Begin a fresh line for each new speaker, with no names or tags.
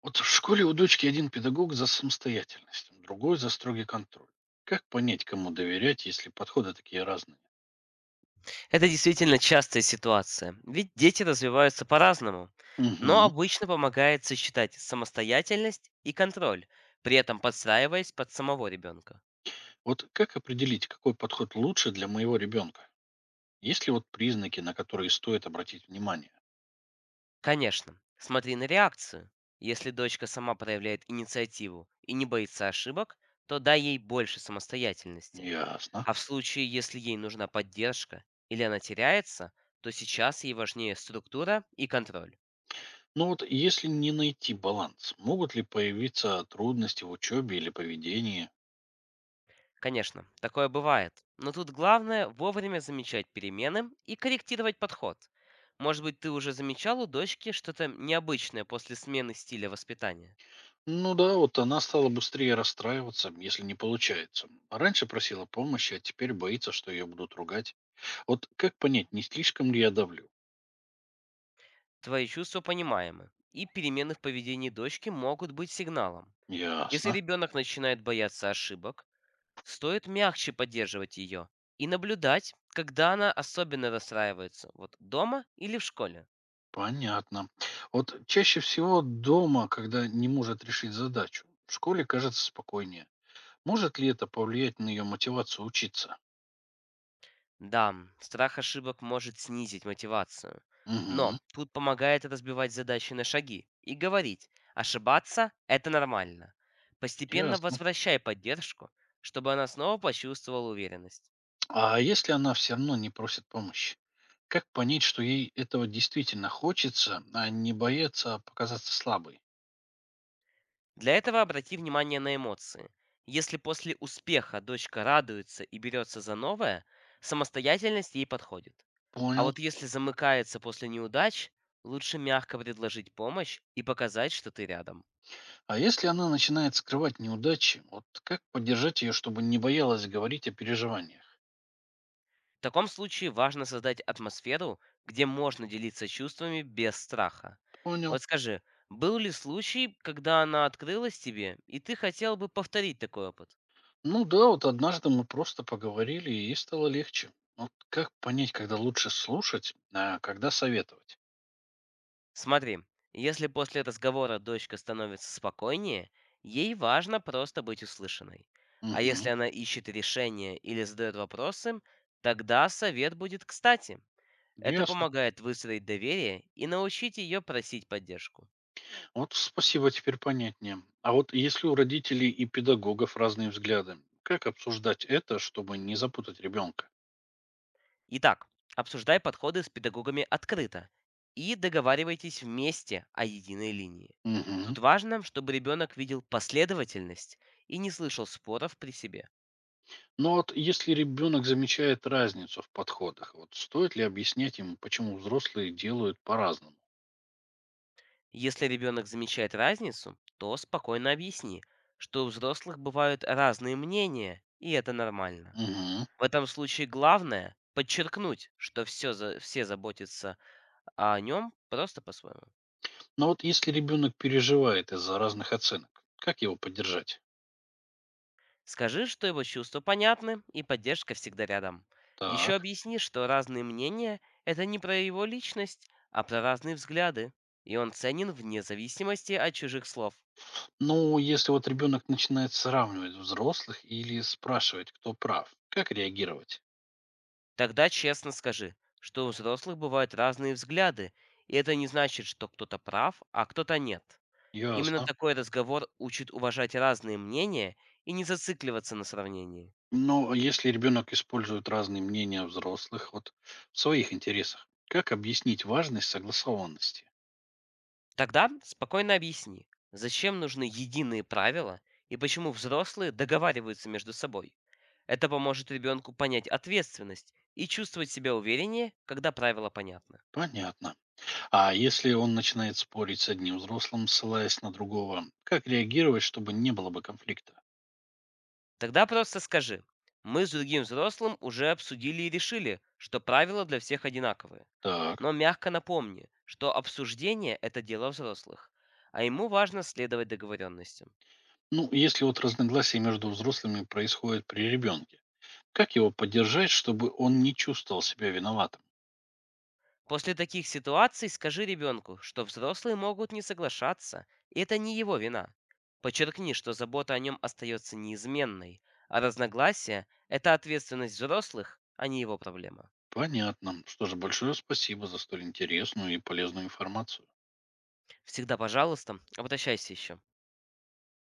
Вот в школе у дочки один педагог за самостоятельность, другой за строгий контроль. Как понять, кому доверять, если подходы такие разные?
Это действительно частая ситуация, ведь дети развиваются по-разному, но
Мгм.
обычно помогает сочетать самостоятельность и контроль, при этом подстраиваясь под самого ребенка.
Вот как определить, какой подход лучше для моего ребенка? Есть ли вот признаки, на которые стоит обратить внимание?
Конечно, смотри на реакцию. Если дочка сама проявляет инициативу и не боится ошибок, то дай ей больше самостоятельности.
Ясно.
А в случае, если ей нужна поддержка или она теряется, то сейчас ей важнее структура и контроль.
Но вот если не найти баланс, могут ли появиться трудности в учебе или поведении?
Конечно, такое бывает. Но тут главное вовремя замечать перемены и корректировать подход. Может быть, ты уже замечал у дочки что-то необычное после смены стиля воспитания?
Ну да, вот она стала быстрее расстраиваться, если не получается. А раньше просила помощи, а теперь боится, что ее будут ругать. Вот как понять, не слишком ли я давлю?
Твои чувства понимаемы, и перемены в поведении дочки могут быть сигналом. Если
Ясно.
ребенок начинает бояться ошибок, стоит мягче поддерживать ее и наблюдать, когда она особенно расстраивается, вот дома или в школе.
Понятно. Вот чаще всего дома, когда не может решить задачу, в школе кажется спокойнее. Может ли это повлиять на ее мотивацию учиться?
Да, страх ошибок может снизить мотивацию.
Угу.
Но тут помогает разбивать задачи на шаги и говорить, ошибаться– это нормально. Постепенно
Ясно.
возвращай поддержку, чтобы она снова почувствовала уверенность.
А если она все равно не просит помощи? Как понять, что ей этого действительно хочется, а не бояться показаться слабой?
Для этого обрати внимание на эмоции. Если после успеха дочка радуется и берется за новое, самостоятельность ей подходит. А
Понял.
вот если замыкается после неудач, лучше мягко предложить помощь и показать, что ты рядом.
А если она начинает скрывать неудачи, вот как поддержать ее, чтобы не боялась говорить о переживаниях?
В таком случае важно создать атмосферу, где можно делиться чувствами без страха.
Понял.
Вот скажи, был ли случай, когда она открылась тебе, и ты хотел бы повторить такой опыт?
Ну да, вот однажды мы просто поговорили, и стало легче. Вот как понять, когда лучше слушать, а когда советовать?
Смотри, если после разговора дочка становится спокойнее, ей важно просто быть услышанной. А
Мгм.
если она ищет решение или задает вопросы, тогда совет будет кстати. Это
Ясно.
помогает выстроить доверие и научить ее просить поддержку.
Вот спасибо, теперь понятнее. А вот если у родителей и педагогов разные взгляды, как обсуждать это, чтобы не запутать ребенка?
Итак, обсуждай подходы с педагогами открыто и договаривайтесь вместе о единой линии.
Мгм.
Тут важно, чтобы ребенок видел последовательность и не слышал споров при себе.
Но вот если ребенок замечает разницу в подходах, вот стоит ли объяснять ему, почему взрослые делают по-разному?
Если ребенок замечает разницу, то спокойно объясни, что у взрослых бывают разные мнения, и это нормально.
Мгм.
В этом случае главное подчеркнуть, что все заботятся о нем просто по-своему.
Но вот если ребенок переживает из-за разных оценок, как его поддержать?
Скажи, что его чувства понятны и поддержка всегда рядом. Еще
Так.
объясни, что разные мнения– это не про его личность, а про разные взгляды, и он ценен вне зависимости от чужих слов.
Ну, если вот ребенок начинает сравнивать взрослых или спрашивать, кто прав, как реагировать?
Тогда честно скажи, что у взрослых бывают разные взгляды, и это не значит, что кто-то прав, а кто-то нет. Именно
Ясно.
такой разговор учит уважать разные мнения и не зацикливаться на сравнении.
Но если ребенок использует разные мнения взрослых вот в своих интересах, как объяснить важность согласованности?
Тогда спокойно объясни, зачем нужны единые правила и почему взрослые договариваются между собой. Это поможет ребенку понять ответственность и чувствовать себя увереннее, когда правила понятны.
Понятно. А если он начинает спорить с одним взрослым, ссылаясь на другого, как реагировать, чтобы не было бы конфликта?
Тогда просто скажи, мы с другим взрослым уже обсудили и решили, что правила для всех одинаковые.
Так.
Но мягко напомни, что обсуждение– это дело взрослых, а ему важно следовать договоренностям.
Ну, если вот разногласия между взрослыми происходят при ребенке, как его поддержать, чтобы он не чувствовал себя виноватым?
После таких ситуаций скажи ребенку, что взрослые могут не соглашаться, и это не его вина. Подчеркни, что забота о нем остается неизменной, а разногласия– это ответственность взрослых, а не его проблема.
Понятно. Что же, большое спасибо за столь интересную и полезную информацию.
Всегда, пожалуйста, обращайся еще.